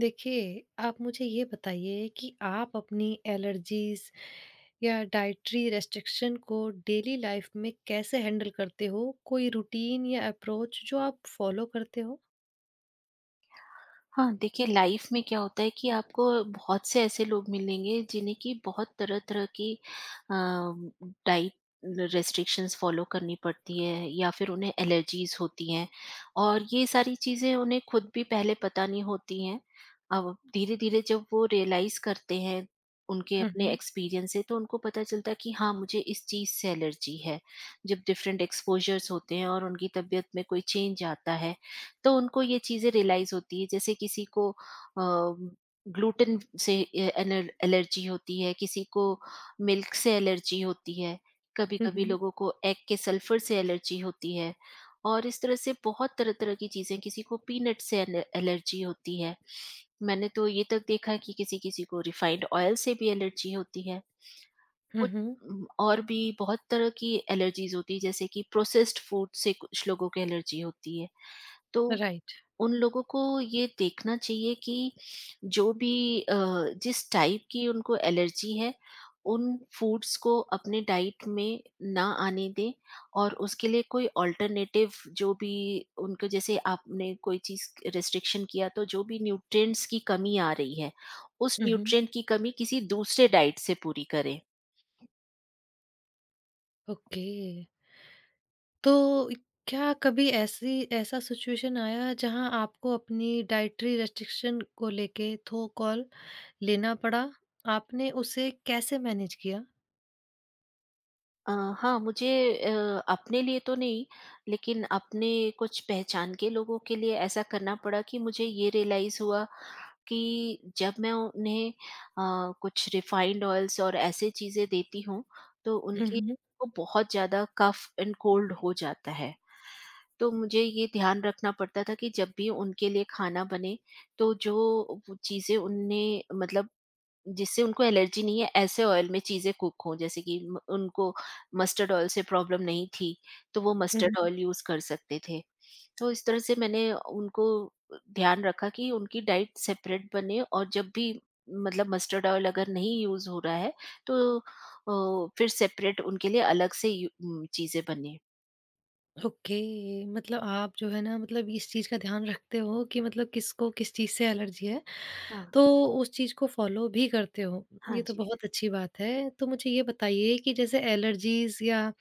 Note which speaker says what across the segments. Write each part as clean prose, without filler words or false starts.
Speaker 1: देखिए, आप मुझे ये बताइए कि आप अपनी एलर्जीज़ या डाइटरी रिस्ट्रिक्शन को डेली लाइफ़ में कैसे हैंडल करते हो? कोई रूटीन या अप्रोच जो आप फॉलो करते हो?
Speaker 2: हाँ, देखिए लाइफ में क्या होता है कि आपको बहुत से ऐसे लोग मिलेंगे जिन्हें कि बहुत तरह-तरह की डाइट रेस्ट्रिक्शंस फॉलो करनी पड़ती है या फिर उन्हें एलर्जीज़ होती हैं और ये सारी चीज़ें उन्हें खुद भी पहले पता नहीं होती हैं। अब धीरे-धीरे जब वो रियलाइज़ करते हैं उनके
Speaker 1: हुँ,
Speaker 2: अपने
Speaker 1: हुँ।
Speaker 2: एक्सपीरियंस से, तो उनको पता चलता है कि हाँ, मुझे इस चीज़ से एलर्जी है। जब डिफरेंट एक्सपोज़र्स होते हैं और उनकी तबीयत में कोई चेंज आता है, तो उनको ये चीज़ें रियलाइज़ होती है। जैसे किसी को ग्लूटेन से ए एलर एलर्जी होती है, किसी को मिल्क से एलर्जी होती है,
Speaker 1: हुँ,
Speaker 2: कभी-कभी
Speaker 1: हुँ।
Speaker 2: लोगों को एग के सल्फर से एलर्जी होती है, और इस तरह से बहुत तरह-तरह की चीज़ें। किसी को पीनट से एल एलर्जी होती है। मैंने तो ये तक देखा है कि किसी-किसी को रिफाइंड ऑयल से भी एलर्जी होती है।
Speaker 1: हुँ,
Speaker 2: कुछ
Speaker 1: हुँ।
Speaker 2: और भी बहुत तरह की एलर्जीज़ होती है जैसे कि प्रोसेस्ड फूड से कुछ लोगों को एलर्जी होती है। तो
Speaker 1: राइट।
Speaker 2: उन लोगों को ये देखना चाहिए कि जो भी जिस टाइप की उनको एलर्जी है, उन फूड्स को अपने डाइट में ना आने दें, और उसके लिए कोई अल्टरनेटिव जो भी उनको, जैसे आपने कोई चीज़ रिस्ट्रिक्शन किया तो जो भी न्यूट्रिएंट्स की कमी आ रही है, उस
Speaker 1: हुँ, हुँ।
Speaker 2: न्यूट्रिएंट की कमी किसी दूसरे डाइट से पूरी करें।
Speaker 1: ओके। तो क्या कभी ऐसी ऐसा सिचुएशन आया जहाँ आपको अपनी डाइटरी रिस्ट्रिक्शन को लेके थो कॉल लेना पड़ा? आपने उसे कैसे मैनेज किया?
Speaker 2: अ, हाँ, मुझे अपने लिए तो नहीं, लेकिन अपने कुछ पहचान के लोगों के लिए ऐसा करना पड़ा कि मुझे ये रियलाइज़ हुआ कि जब मैं उन्हें कुछ रिफाइंड ऑयल्स और ऐसे चीज़ें देती हूँ, तो
Speaker 1: हुँ,
Speaker 2: उनकी
Speaker 1: हुँ।
Speaker 2: को बहुत ज़्यादा कफ एंड कोल्ड हो जाता है। तो मुझे ये ध्यान रखना पड़ता था कि जब भी उनके लिए खाना बने, तो जो वो चीज़ें उनने मतलब जिससे उनको एलर्जी नहीं है, ऐसे ऑयल में चीज़ें कुक हों। जैसे कि म उनको मस्टर्ड ऑयल से प्रॉब्लम नहीं थी, तो वो
Speaker 1: हुँ,
Speaker 2: मस्टर्ड
Speaker 1: हुँ।
Speaker 2: ऑयल यूज़ कर सकते थे। तो इस तरह से मैंने उनको ध्यान रखा कि उनकी डाइट सेपरेट बने, और जब भी मतलब मस्टर्ड ऑयल अगर नहीं यूज़ हो रहा है तो फिर सेपरेट उनके लिए अलग से चीज़ें बने।
Speaker 1: ओके, मतलब आप जो है ना मतलब इस चीज़ का ध्यान रखते हो कि मतलब किसको किस चीज़ से एलर्जी है,
Speaker 2: हाँ,
Speaker 1: तो उस चीज़ को फ़ॉलो भी करते हो।
Speaker 2: हाँ
Speaker 1: ये तो
Speaker 2: जी।
Speaker 1: बहुत अच्छी बात है। तो मुझे ये बताइए कि जैसे एलर्जीज़ या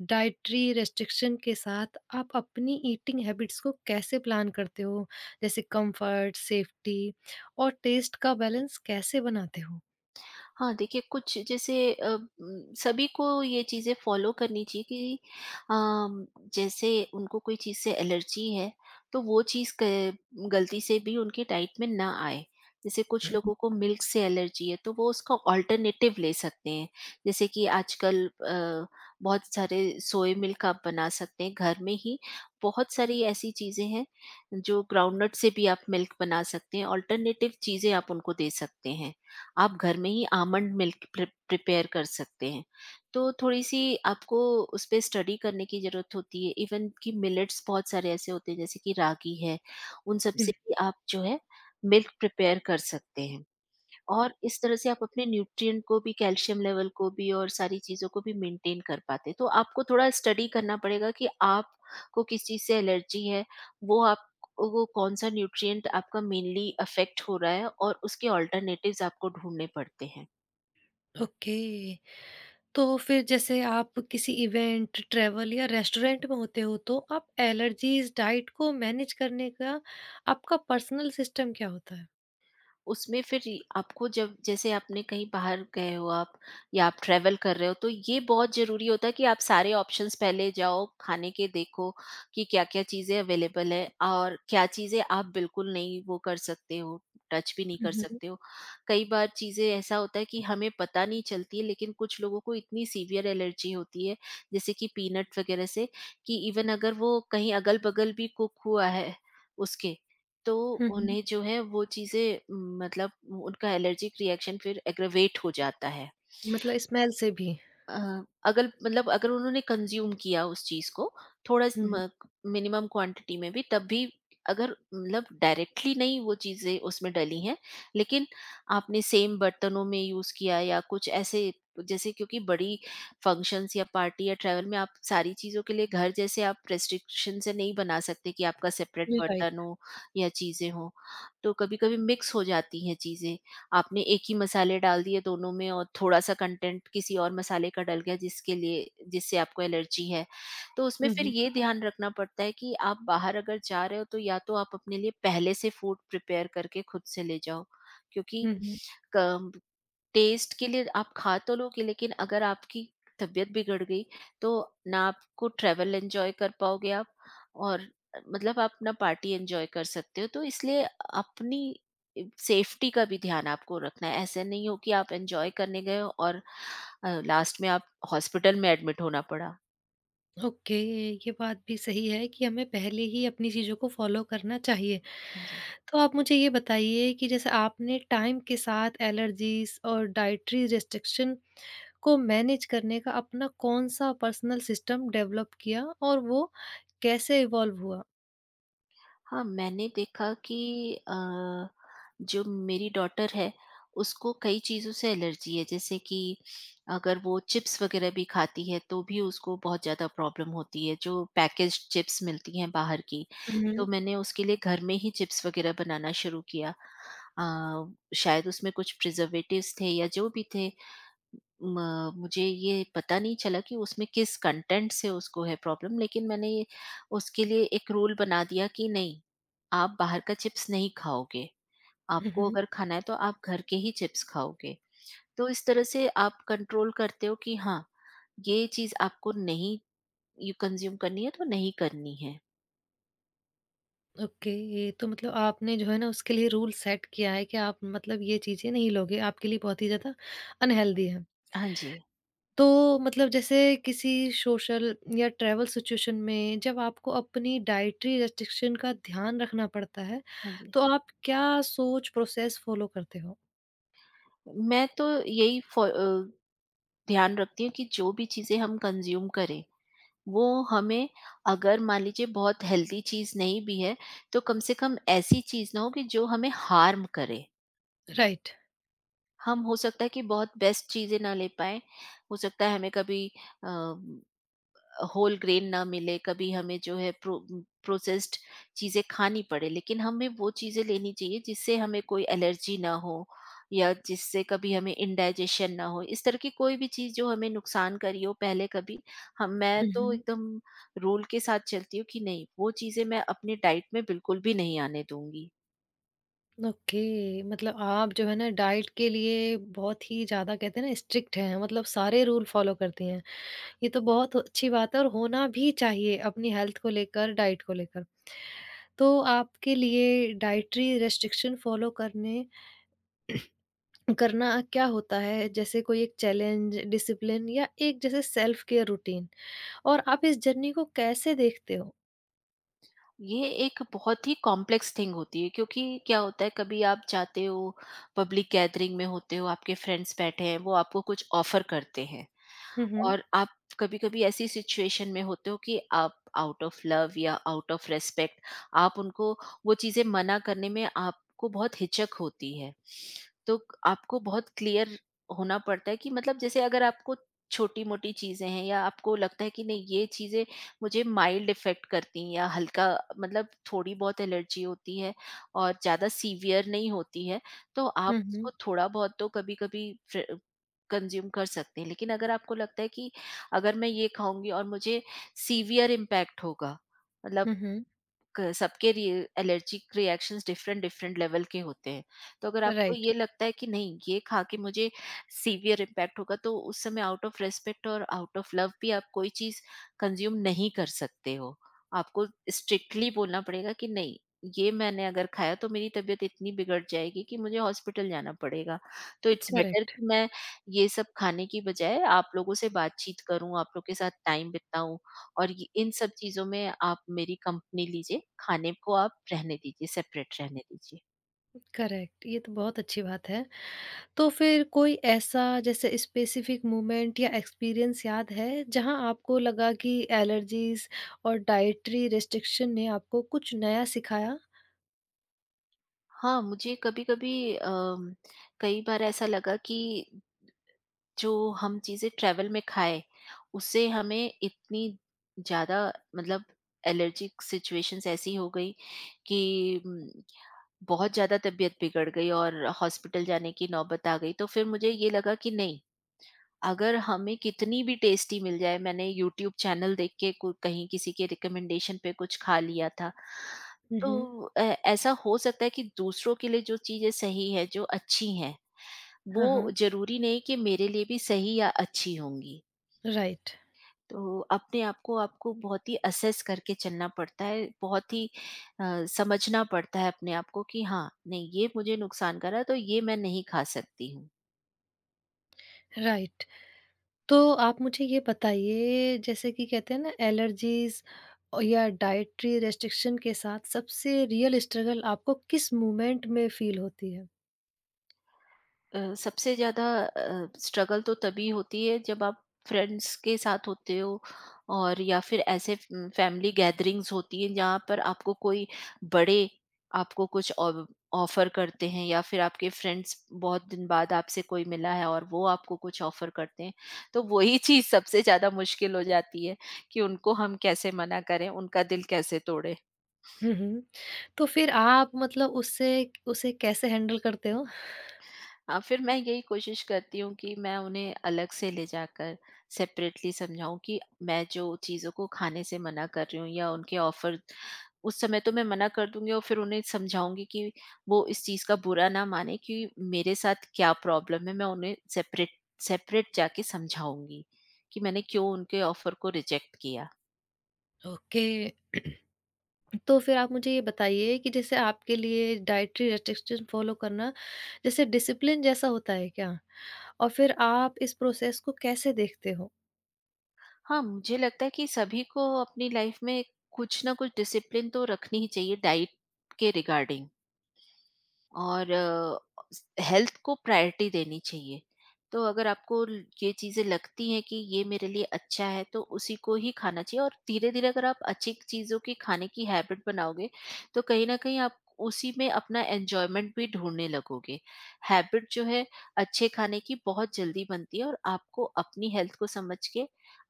Speaker 1: डाइटरी रिस्ट्रिक्शन के साथ आप अपनी ईटिंग हैबिट्स को कैसे प्लान करते हो? जैसे कंफर्ट, सेफ्टी और टेस्ट का बैलेंस कैसे बनाते हो?
Speaker 2: हाँ, देखिए कुछ जैसे सभी को ये चीज़ें फ़ॉलो करनी चाहिए कि अम, जैसे उनको कोई चीज़ से एलर्जी है, तो वो चीज़ क गलती से भी उनकी डाइट में ना आए। जैसे कुछ लोगों को मिल्क से एलर्जी है, तो वो उसका अल्टरनेटिव ले सकते हैं। जैसे कि आजकल बहुत सारे सोया मिल्क आप बना सकते हैं घर में ही। बहुत सारी ऐसी चीज़ें हैं, जो ग्राउंडनट से भी आप मिल्क बना सकते हैं, अल्टरनेटिव चीज़ें आप उनको दे सकते हैं। आप घर में ही आमंड मिल्क प्रिपेयर कर सकते हैं। तो थोड़ी-सी आपको उस पे स्टडी करने की ज़रूरत होती है। इवन कि मिलेट्स बहुत सारे ऐसे होते हैं जैसे कि रागी है, उन सब से
Speaker 1: हम्म,
Speaker 2: भी आप जो है मिल्क प्रिपेयर कर सकते हैं। और इस तरह से आप अपने न्यूट्रिएंट को भी, कैल्शियम लेवल को भी और सारी चीज़ों को भी मेंटेन कर पाते हैं। तो आपको थोड़ा स्टडी करना पड़ेगा कि आपको किस चीज़ से एलर्जी है, वो आप, वो कौन-सा न्यूट्रिएंट आपका मेनली अफ़ेक्ट हो रहा है, और उसके अल्टरनेटिव्स आपको ढूँढने पड़ते हैं।
Speaker 1: ओके। तो फिर जैसे आप किसी इवेंट, ट्रैवल या रेस्टोरेंट में होते हो तो आप एलर्जीज़, डाइट को मैनेज करने का आपका पर्सनल सिस्टम क्या होता है?
Speaker 2: उसमें फिर ये आपको जब, जैसे आपने कहीं बाहर गए हो आप, या आप ट्रैवल कर रहे हो, तो ये बहुत ज़रूरी होता है कि आप सारे ऑप्शंस पहले जाओ, खाने के देखो कि क्या-क्या चीज़ें अवेलेबल है और क्या चीज़ें आप बिल्कुल नहीं वो कर सकते हो, टच भी नहीं
Speaker 1: हुँ,
Speaker 2: कर
Speaker 1: हुँ।
Speaker 2: सकते हो। कई बार चीज़ें ऐसा होता है कि हमें पता नहीं चलती है, लेकिन कुछ लोगों को इतनी सीवियर एलर्जी होती है, जैसे कि पीनट वगैरह से, कि इवन अगर वो कहीं अगल-बगल भी कुक हुआ है उसके, तो
Speaker 1: हुँ, हुँ।
Speaker 2: उन्हें जो है वो चीज़ें मतलब उनका एलर्जिक रिएक्शन फिर एग्रवेट हो जाता है।
Speaker 1: मतलब स्मेल से भी?
Speaker 2: अगल मतलब अगर उन्होंने कंज़्यूम किया उस चीज़ को थोड़ा स
Speaker 1: हुँ, हुँ।
Speaker 2: म मिनिमम क्वांटिटी में भी, तब भी अगर मतलब डायरेक्टली नहीं वो चीज़ें उसमें डली हैं, लेकिन आपने सेम बर्तनों में यूज़ किया या कुछ ऐसे, जैसे क्योंकि बड़ी फंक्शंस या पार्टी या ट्रैवल में आप सारी चीज़ों के लिए घर जैसे आप रिस्ट्रिक्शन से नहीं बना सकते कि आपका सेपरेट
Speaker 1: जी, राइट।
Speaker 2: बर्तन हो या चीज़ें हों, तो कभी-कभी मिक्स हो जाती हैं चीज़ें। आपने एक ही मसाले डाल दिए दोनों में और थोड़ा-सा कंटेंट किसी और मसाले का डल गया जिसके लिए जिससे आपको एलर्जी है। तो उसमें
Speaker 1: हुँ,
Speaker 2: फिर
Speaker 1: हुँ।
Speaker 2: ये ध्यान रखना पड़ता है कि आप बाहर अगर जा रहे हो तो या तो आप अपने लिए पहले से फूड प्रिपेयर करके खुद से ले जाओ, क्योंकि
Speaker 1: हुँ, हुँ।
Speaker 2: क टेस्ट के लिए आप खा तो लोगे, लेकिन अगर आपकी तबीयत बिगड़ गई तो ना आपको ट्रैवल एंजॉय कर पाओगे आप, और मतलब आप ना पार्टी एंजॉय कर सकते हो, तो इसलिए अपनी सेफ्टी का भी ध्यान आपको रखना है, ऐसे नहीं हो कि आप एंजॉय करने गए हो और लास्ट में आप हॉस्पिटल में एडमिट होना पड़ा।
Speaker 1: ओके, ये बात भी सही है कि हमें पहले ही अपनी चीज़ों को फ़ॉलो करना चाहिए।
Speaker 2: हाँ जी।
Speaker 1: तो आप मुझे ये बताइए कि जैसे आपने टाइम के साथ एलर्जीज़ और डाइटरी रिस्ट्रिक्शन को मैनेज करने का अपना कौन-सा पर्सनल सिस्टम डेवलप किया और वो कैसे इवॉल्व हुआ?
Speaker 2: हाँ, मैंने देखा कि जो मेरी डॉटर है, उसको कई चीज़ों से एलर्जी है। जैसे कि अगर वो चिप्स वग़ैरह भी खाती है, तो भी उसको बहुत ज़्यादा प्रॉब्लम होती है, जो पैकेज्ड चिप्स मिलती हैं बाहर की।
Speaker 1: हुँ।
Speaker 2: तो मैंने उसके लिए घर में ही चिप्स वग़ैरह बनाना शुरू किया। अ, शायद उसमें कुछ प्रिज़र्वेटिव्स थे या जो भी थे, म मुझे ये पता नहीं चला कि उसमें किस कंटेंट से उसको है प्रॉब्लम, लेकिन मैंने ये उसके लिए एक रूल बना दिया कि नहीं, आप बाहर का चिप्स नहीं खाओगे।
Speaker 1: हुँ,
Speaker 2: आपको
Speaker 1: हुँ।
Speaker 2: अगर खाना है तो आप घर के ही चिप्स खाओगे। तो इस तरह से आप कंट्रोल करते हो कि हाँ, ये चीज़ आपको नहीं यू कंज़्यूम करनी है तो नहीं करनी है।
Speaker 1: ओके, ये तो मतलब आपने जो है ना उसके लिए रूल सेट किया है कि आप मतलब ये चीज़ें नहीं लोगे, आपके लिए बहुत ही ज़्यादा अनहेल्दी है।
Speaker 2: हाँ जी,
Speaker 1: तो मतलब जैसे किसी सोशल या ट्रैवल सिचुएशन में जब आपको अपनी डाइटरी रिस्ट्रिक्शन का ध्यान रखना पड़ता है,
Speaker 2: हाँ जी।
Speaker 1: तो आप क्या सोच प्रोसेस फॉलो करते हो?
Speaker 2: मैं तो यही ध्यान रखती हूँ कि जो भी चीज़ें हम कंज़्यूम करें वो हमें, अगर मान लीजिए बहुत हेल्दी चीज़ नहीं भी है, तो कम से कम ऐसी चीज़ ना हो कि जो हमें हार्म करे।
Speaker 1: राइट।
Speaker 2: हम हो सकता है कि बहुत बेस्ट चीज़ें ना ले पाएँ, हो सकता है हमें कभी अ, होल ग्रेन ना मिले, कभी हमें जो है प्रोसेस्ड चीजें खानी पड़े, लेकिन हमें वो चीजें लेनी चाहिए जिससे हमें कोई एलर्जी ना हो या जिससे कभी हमें इंडाइजेशन ना हो, इस तरह की कोई भी चीज जो हमें नुकसान करी हो पहले कभी। हम मैं तो एकदम रूल के साथ चलती हूँ कि नहीं, वो चीजें मैं अपनी डाइट में बिल्कुल भी नहीं आने दूंगी।
Speaker 1: ओके, मतलब आप जो है ना डाइट के लिए बहुत ही ज़्यादा कहते हैं ना स्ट्रिक्ट हैं, मतलब सारे रूल फ़ॉलो करती हैं। ये तो बहुत अच्छी बात है और होना भी चाहिए अपनी हेल्थ को लेकर, डाइट को लेकर। तो आपके लिए डाइटरी रेस्ट्रिक्शन फ़ॉलो करने करना क्या होता है? जैसे कोई एक चैलेंज, डिसिप्लिन या एक जैसे सेल्फ केयर रूटीन और आप इस जर्नी को कैसे देखते हो?
Speaker 2: ये एक बहुत ही कॉम्प्लेक्स थिंग होती है क्योंकि क्या होता है कभी आप जाते हो पब्लिक गैदरिंग में, होते हो आपके फ्रेंड्स बैठे हैं, वो आपको कुछ ऑफर करते हैं
Speaker 1: हुँ, हुँ।
Speaker 2: और आप कभी-कभी ऐसी सिचुएशन में होते हो कि आप आउट ऑफ लव या आउट ऑफ रिस्पेक्ट आप उनको वो चीज़ें मना करने में आपको बहुत हिचक होती है। तो आपको बहुत क्लियर होना पड़ता है कि मतलब जैसे अगर आपको छोटी-मोटी चीज़ें हैं या आपको लगता है कि नहीं ये चीज़ें मुझे माइल्ड इफ़ेक्ट करती हैं या हल्का मतलब थोड़ी बहुत एलर्जी होती है और ज़्यादा सीवियर नहीं होती है, तो आप
Speaker 1: हुँ,
Speaker 2: उसको
Speaker 1: हुँ।
Speaker 2: थोड़ा बहुत तो कभी-कभी फ्र कंज़्यूम कर सकते हैं। लेकिन अगर आपको लगता है कि अगर मैं ये खाऊँगी और मुझे सीवियर इम्पैक्ट होगा मतलब
Speaker 1: हुँ, हुँ।
Speaker 2: सबके allergic reactions different different level के होते हैं, तो अगर आपको
Speaker 1: राइट,
Speaker 2: ये लगता है कि नहीं ये खा के मुझे सीवियर इम्पैक्ट होगा तो उस समय आउट ऑफ रेस्पेक्ट और आउट ऑफ लव भी आप कोई चीज कंज्यूम नहीं कर सकते हो। आपको स्ट्रिक्टली बोलना पड़ेगा कि नहीं, ये मैंने अगर खाया तो मेरी तबीयत इतनी बिगड़ जाएगी कि मुझे हॉस्पिटल जाना पड़ेगा, तो इट्स बेटर
Speaker 1: करेक्ट,
Speaker 2: कि मैं ये सब खाने की बजाय आप लोगों से बातचीत करूं, आप लोग के साथ टाइम बिताऊं, और ये इन सब चीज़ों में आप मेरी कंपनी लीजिए, खाने को आप रहने दीजिए, सेपरेट रहने दीजिए।
Speaker 1: करेक्ट। ये तो बहुत अच्छी बात है। तो फिर कोई ऐसा जैसे स्पेसिफिक मोमेंट या एक्सपीरियंस याद है जहां आपको लगा कि एलर्जीज और डाइटरी रिस्ट्रिक्शन ने आपको कुछ नया सिखाया?
Speaker 2: हाँ, मुझे कभी-कभी कई बार ऐसा लगा कि जो हम चीज़ें ट्रैवल में खाएँ, उससे हमें इतनी ज़्यादा मतलब एलर्जिक सिचुएशंस ऐसी हो गई कि बहुत ज़्यादा तबीयत बिगड़ गई और हॉस्पिटल जाने की नौबत आ गई। तो फिर मुझे ये लगा कि नहीं, अगर हमें कितनी भी टेस्टी मिल जाए, मैंने यूट्यूब चैनल देख के कहीं किसी के रिकमेंडेशन पे कुछ खा लिया था,
Speaker 1: हम्म।
Speaker 2: तो ऐसा हो सकता है कि दूसरों के लिए जो चीजें सही है जो अच्छी हैं,
Speaker 1: हाँ,
Speaker 2: वो
Speaker 1: हाँ।
Speaker 2: जरूरी नहीं कि मेरे लिए भी सही या अच्छी होंगी।
Speaker 1: राइट।
Speaker 2: तो अपने आप को आपको बहुत ही असेस करके चलना पड़ता है, बहुत ही समझना पड़ता है अपने आप को कि हाँ नहीं ये मुझे नुकसान कर रहा है तो ये मैं नहीं खा सकती हूँ।
Speaker 1: राइट। तो आप मुझे ये बताइए जैसे कि कहते हैं ना एलर्जीज या डाइटरी रेस्ट्रिक्शन के साथ सबसे रियल स्ट्रगल आपको किस मोमेंट में फील होती है?
Speaker 2: सबसे ज़्यादा स्ट्रगल तो तभी होती है जब आप फ्रेंड्स के साथ होते हो और या फिर ऐसे फैमिली गैदरिंग्स होती हैं जहाँ पर आपको कोई बड़े आपको कुछ ऑफर करते हैं या फिर आपके फ्रेंड्स बहुत दिन बाद आपसे कोई मिला है और वो आपको कुछ ऑफर करते हैं, तो वही चीज़ सबसे ज़्यादा मुश्किल हो जाती है कि उनको हम कैसे मना करें उनका दिल कैसे तोड़ें।
Speaker 1: हम्म, हम्म। तो फिर आप मतलब उससे उसे कैसे हैंडल करते हो?
Speaker 2: हाँ, फिर मैं यही कोशिश करती हूँ कि मैं उन्हें अलग से ले जाकर सेपरेटली समझाऊँ कि मैं जो चीज़ों को खाने से मना कर रही हूँ या उनके ऑफर, उस समय तो मैं मना कर दूंगी और फिर उन्हें समझाऊंगी कि वो इस चीज़ का बुरा ना माने कि मेरे साथ क्या प्रॉब्लम है, मैं उन्हें सेपरेट सेपरेट जाके समझाऊंगी कि मैंने क्यों उनके ऑफर को रिजेक्ट किया।
Speaker 1: ओके। तो फिर आप मुझे ये बताइए कि जैसे आपके लिए डाइटरी रेस्ट्रिक्शन फ़ॉलो करना जैसे डिसिप्लिन जैसा होता है क्या? और फिर आप इस प्रोसेस को कैसे देखते हो?
Speaker 2: हाँ मुझे लगता है कि सभी को अपनी लाइफ में कुछ ना कुछ डिसिप्लिन तो रखनी ही चाहिए डाइट के रिगार्डिंग, और हेल्थ को प्रायोरिटी देनी चाहिए। तो अगर आपको ल ये चीज़ें लगती हैं कि ये मेरे लिए अच्छा है, तो उसी को ही खाना चाहिए और धीरे-धीरे अगर आप अच्छी चीज़ों की खाने की हैबिट बनाओगे तो कहीं न कहीं आप उसी में अपना एन्जॉयमेंट भी ढूँढने लगोगे। हैबिट जो है अच्छे खाने की बहुत जल्दी बनती है, और आपको अपनी हेल्थ को समझ के,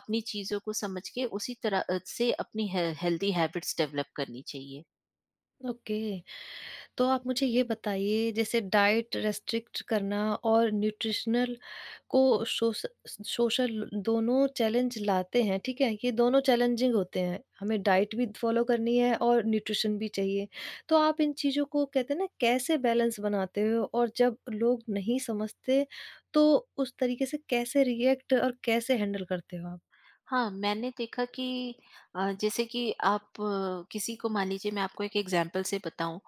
Speaker 2: अपनी चीज़ों को समझ के उसी तरह से अपनी हे हेल्दी हैबिट्स डेवलप करनी चाहिए।
Speaker 1: ओके। तो आप मुझे ये बताइए जैसे डाइट रेस्ट्रिक्ट करना और न्यूट्रिशनल को सोश- सोशल, दोनों चैलेंज लाते हैं। ठीक है, ये दोनों चैलेंजिंग होते हैं। हमें डाइट भी फॉलो करनी है और न्यूट्रिशन भी चाहिए। तो आप इन चीज़ों को कहते हैं ना कैसे बैलेंस बनाते हो और जब लोग नहीं समझते, तो उस तरीके से कैसे रिएक्ट और कैसे हैंडल करते हो आप?
Speaker 2: हाँ, मैंने देखा कि जैसे कि आप किसी को मान लीजिए मैं आपको एक एग्जांपल से बताऊँ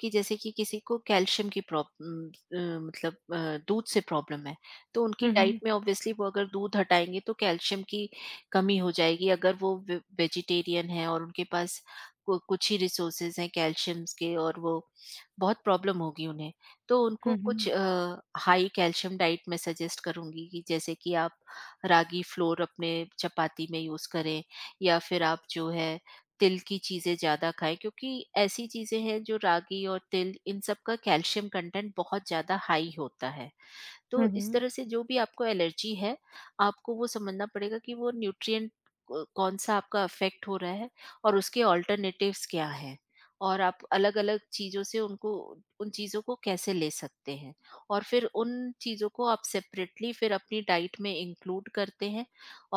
Speaker 2: कि जैसे कि किसी को कैल्शियम की प्रॉब्लम, मतलब दूध से प्रॉब्लम है तो उनकी डाइट
Speaker 1: हम्म,
Speaker 2: में ऑब्वियसली वो अगर दूध हटाएँगे तो कैल्शियम की कमी हो जाएगी। अगर वो वे वेजिटेरियन हैं और उनके पास कु कुछ ही रिसोर्सेज़ हैं कैल्शियम्स के, और वो बहुत प्रॉब्लम होगी उन्हें। तो उनको
Speaker 1: हम्म।
Speaker 2: कुछ
Speaker 1: हम्म,
Speaker 2: हाई कैल्शियम डाइट मैं सजेस्ट करूँगी कि जैसे कि आप रागी फ्लोर अपने चपाती में यूज़ करें या फिर आप जो है तिल की चीज़ें ज़्यादा खाएँ, क्योंकि ऐसी चीज़ें हैं जो रागी और तिल इन सब का कैल्शियम कंटेंट बहुत ज़्यादा हाई होता है। तो इस
Speaker 1: हम्म।
Speaker 2: तरह से जो भी आपको एलर्जी है, आपको वो समझना पड़ेगा कि वो न्यूट्रिएंट क कौन-सा आपका अफ़ेक्ट हो रहा है और उसके अल्टरनेटिव्स क्या हैं और आप अलग-अलग चीज़ों से उनको उन चीज़ों को कैसे ले सकते हैं और फिर उन चीज़ों को आप सेपरेटली फिर अपनी डाइट में इंक्लूड करते हैं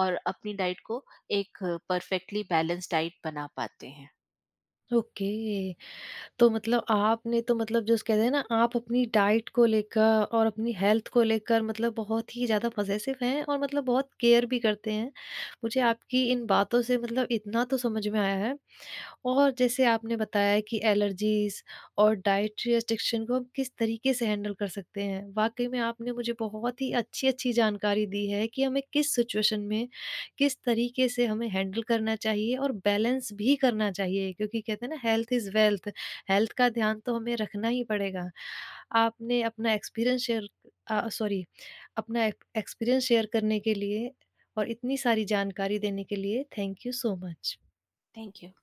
Speaker 2: और अपनी डाइट को एक परफेक्टली बैलेंस्ड डाइट बना पाते हैं।
Speaker 1: ओके, तो मतलब आपने तो मतलब जैसे कहते हैं ना आप अपनी डाइट को लेकर और अपनी हेल्थ को लेकर मतलब बहुत ही ज़्यादा पॉज़ेसिव हैं और मतलब बहुत केयर भी करते हैं। मुझे आपकी इन बातों से मतलब इतना तो समझ में आया है और जैसे आपने बताया कि एलर्जीज़ और डाइटरी रिस्ट्रिक्शन को हम किस तरीके से हैंडल कर सकते हैं। वाक़ई में आपने मुझे बहुत ही अच्छी-अच्छी जानकारी दी है कि हमें किस सिचुएशन में, किस तरीके से हमें हैंडल करना चाहिए और बैलेंस भी करना चाहिए, क्योंकि कहते हैं ना हेल्थ इज़ वेल्थ, हेल्थ का ध्यान तो हमें रखना ही पड़ेगा। आपने अपना एक्सपीरियंस शेयर अ, सॉरी अपना एक एक्सपीरियंस शेयर करने के लिए और इतनी सारी जानकारी देने के लिए thank you so much.
Speaker 2: Thank you.